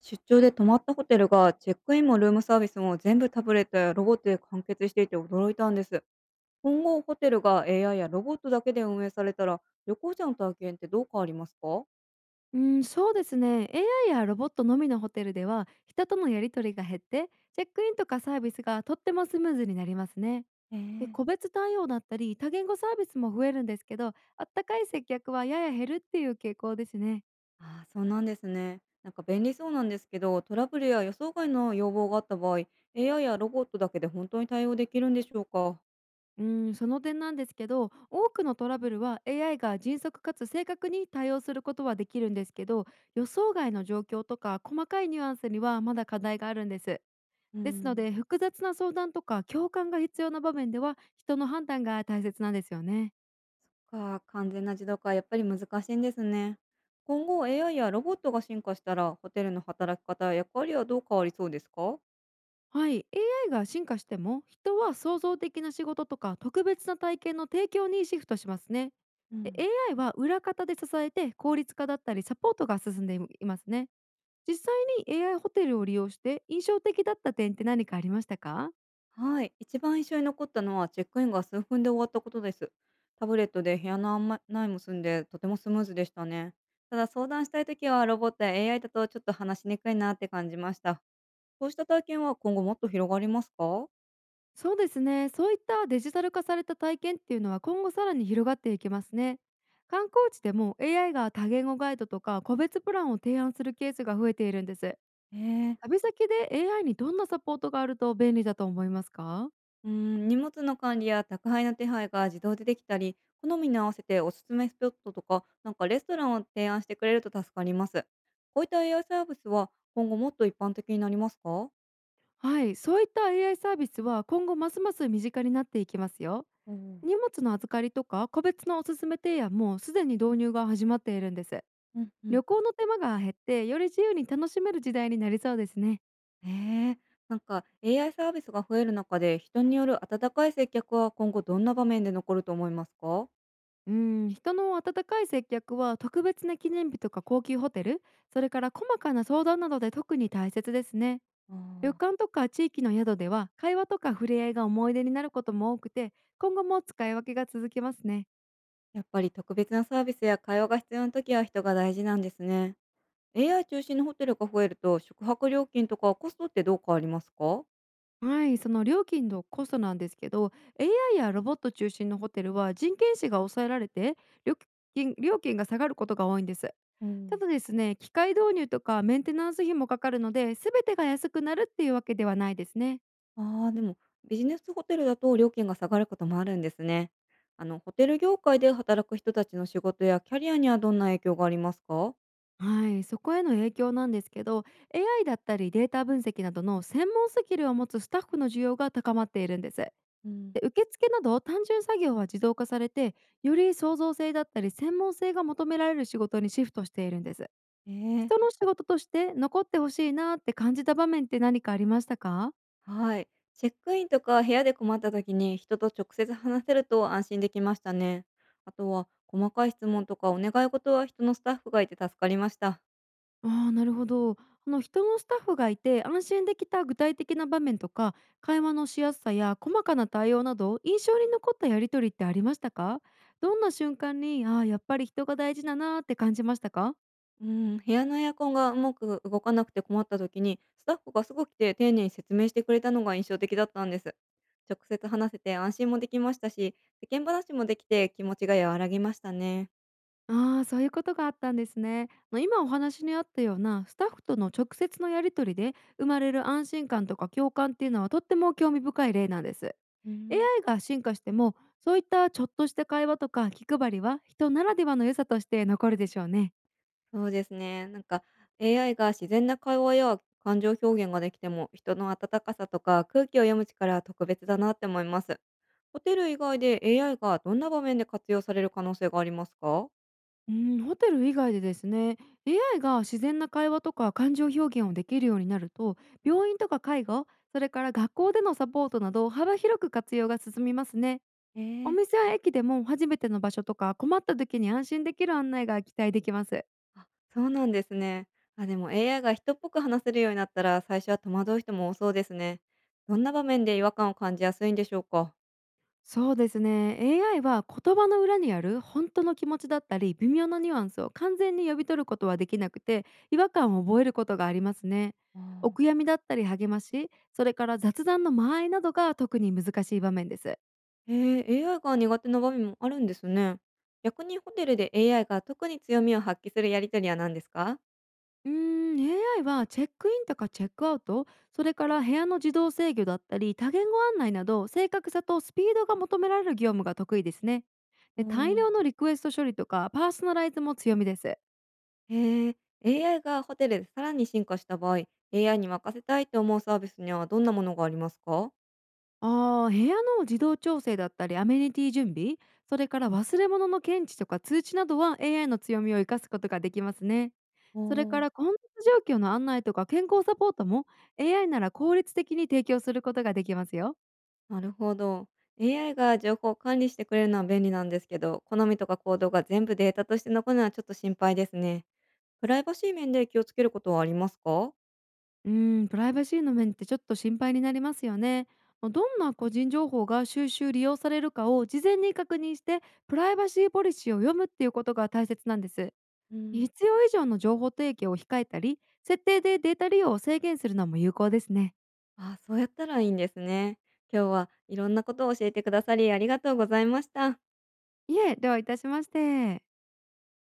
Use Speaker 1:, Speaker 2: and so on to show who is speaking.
Speaker 1: 出張で泊まったホテルがチェックインもルームサービスも全部タブレットやロボットで完結していて驚いたんです。今後ホテルが AI やロボットだけで運営されたら旅行者の体験ってどう変わりますか？
Speaker 2: うん、そうですね。AI やロボットのみのホテルでは、人とのやり取りが減って、チェックインとかサービスがとってもスムーズになりますね。
Speaker 1: え
Speaker 2: で、個
Speaker 1: え。
Speaker 2: 別対応だったり、多言語サービスも増えるんですけど、あったかい接客はやや減るっていう傾向ですね。
Speaker 1: ああーそうなんですね。なんか便利そうなんですけど、トラブルや予想外の要望があった場合 AI やロボットだけで本当に対応できるんでしょうか？
Speaker 2: うん、その点なんですけど、多くのトラブルは AI が迅速かつ正確に対応することはできるんですけど、予想外の状況とか細かいニュアンスにはまだ課題があるんです。
Speaker 1: う
Speaker 2: ですの
Speaker 1: ん。
Speaker 2: で、複雑な相談とか共感が必要な場面では、人の判断が大切なんですよね。
Speaker 1: 完全な自動化はやっぱり難しいんですね。今後 AI やロボットが進化したら、ホテルの働き方や役割はどう変わりそうですか？
Speaker 2: はい、AI が進化しても、人は創造的な仕事とか特別な体験の提供にシフトしますね。
Speaker 1: う
Speaker 2: で、
Speaker 1: ん。
Speaker 2: AI は裏方で支えて効率化だったりサポートが進んでいますね。実際に AI ホテルを利用して印象的だった点って何かありましたか？
Speaker 1: はい。一番印象に残ったのは、チェックインが数分で終わったことです。タブレットで部屋の案内も済んで、とてもスムーズでしたね。ただ相談したいときは、ロボットや AI だとちょっと話しにくいなって感じました。こうした体験は今後もっと広がりますか？
Speaker 2: そうですね。そういったデジタル化された体験っていうのは今後さらに広がっていきますね。観光地でも AI が多言語ガイドとか個別プランを提案するケースが増えているんです。
Speaker 1: へえ。
Speaker 2: 旅先で AI にどんなサポートがあると便利だと思いますか？
Speaker 1: うーん、荷物の管理や宅配の手配が自動でできたり、好みに合わせておすすめスポットとか、なんかレストランを提案してくれると助かります。こういった AI サービスは今後もっと一般的になりますか？
Speaker 2: はい、そういった AI サービスは今後ますます身近になっていきますよ。
Speaker 1: うん。
Speaker 2: 荷物の預かりとか個別のおすすめ提案もすでに導入が始まっているんです。
Speaker 1: うんうん。
Speaker 2: 旅行の手間が減って、より自由に楽しめる時代になりそうですね。
Speaker 1: へえ、なんか AI サービスが増える中で、人による温かい接客は今後どんな場面で残ると思いますか？
Speaker 2: うん、人の温かい接客は特別な記念日とか高級ホテル、それから細かな相談などで特に大切ですね。旅
Speaker 1: ああ、
Speaker 2: 館とか地域の宿では会話とか触れ合いが思い出になることも多くて、今後も使い分けが続きますね。
Speaker 1: やっぱり特別なサービスや会話が必要な時は人が大事なんですね。AI 中心のホテルが増えると、宿泊料金とかコストってどう変わりますか？
Speaker 2: はい、その料金とコストなんですけど、AI やロボット中心のホテルは人件費が抑えられて、料料金が下がることが多いんです。
Speaker 1: う
Speaker 2: た
Speaker 1: ん。
Speaker 2: だですね、機械導入とかメンテナンス費もかかるので、すべてが安くなるっていうわけではないですね。
Speaker 1: ああ、でも、ビジネスホテルだと料金が下がることもあるんですね。ホテル業界で働く人たちの仕事やキャリアにはどんな影響がありますか？
Speaker 2: はい、そこへの影響なんですけど、 AI だったりデータ分析などの専門スキルを持つスタッフの需要が高まっているんです。
Speaker 1: うん、
Speaker 2: で、受付など単純作業は自動化されて、より創造性だったり専門性が求められる仕事にシフトしているんです。
Speaker 1: ええ。
Speaker 2: 人の仕事として残ってほしいなって感じた場面って何かありましたか？
Speaker 1: はい。チェックインとか部屋で困った時に、人と直接話せると安心できましたね。あとは、細かい質問とかお願い事は人のスタッフがいて助かりました。
Speaker 2: ああ、なるほど。人のスタッフがいて安心できた具体的な場面とか、会話のしやすさや細かな対応など印象に残ったやりとりってありましたか？どんな瞬間に、ああー、やっぱり人が大事だなーって感じましたか？
Speaker 1: うん、部屋のエアコンがうまく動かなくて困った時に、スタッフがすぐ来て丁寧に説明してくれたのが印象的だったんです。直接話せて安心もできましたし、世間話もできて気持ちが和らぎましたね。
Speaker 2: ああー、そういうことがあったんですね。今お話にあったようなスタッフとの直接のやり取りで生まれる安心感とか共感っていうのはとっても興味深い例なんです。
Speaker 1: うん、
Speaker 2: AI が進化しても、そういったちょっとした会話とか気配りは人ならではの良さとして残るでしょうね。
Speaker 1: そうですね。なんか AI が自然な会話や感情表現ができても、人の温かさとか空気を読む力は特別だなって思います。ホテル以外で AI がどんな場面で活用される可能性がありますか？
Speaker 2: うん、ホテル以外でですね、 AI が自然な会話とか感情表現をできるようになると、病院とか介護、それから学校でのサポートなど幅広く活用が進みますね。
Speaker 1: え
Speaker 2: お
Speaker 1: え。
Speaker 2: 店や駅でも初めての場所とか困った時に安心できる案内が期待できます。
Speaker 1: あ、そうなんですね。あ、でも AI が人っぽく話せるようになったら、最初は戸惑う人も多そうですね。どんな場面で違和感を感じやすいんでしょうか？
Speaker 2: そうですね、 AI は言葉の裏にある本当の気持ちだったり微妙なニュアンスを完全に読み取ることはできなくて、違和感を覚えることがありますね。
Speaker 1: あ
Speaker 2: お
Speaker 1: ー、
Speaker 2: 悔やみだったり励まし、それから雑談の間合いなどが特に難しい場面です。
Speaker 1: AI が苦手な場面もあるんですね。逆にホテルで AI が特に強みを発揮するやりとりは何ですか？
Speaker 2: うーん、 AI はチェックインとかチェックアウト、それから部屋の自動制御だったり多言語案内など、正確さとスピードが求められる業務が得意ですね。
Speaker 1: うー
Speaker 2: で、大
Speaker 1: ん。
Speaker 2: 量のリクエスト処理とかパーソナライズも強みです。
Speaker 1: へ AI がホテルでさらに進化した場合、AI に任せたいと思うサービスにはどんなものがありますか？
Speaker 2: ああ、部屋の自動調整だったりアメニティ準備、それから忘れ物の検知とか通知などは AI の強みを生かすことができますね。それから混雑状況の案内とか健康サポートも AI なら効率的に提供することができますよ。
Speaker 1: なるほど。AI が情報を管理してくれるのは便利なんですけど、好みとか行動が全部データとして残るのはちょっと心配ですね。プライバシー面で気をつけることはありますか？
Speaker 2: うーん、プライバシーの面ってちょっと心配になりますよね。まあ、どんな個人情報が収集利用されるかを事前に確認して、プライバシーポリシーを読むっていうことが大切なんです。
Speaker 1: うん、
Speaker 2: 必要以上の情報提供を控えたり、設定でデータ利用を制限するのも有効ですね。
Speaker 1: ああ、そうやったらいいんですね。今日はいろんなことを教えてくださりありがとうございました。
Speaker 2: いえ、ではいたしまして。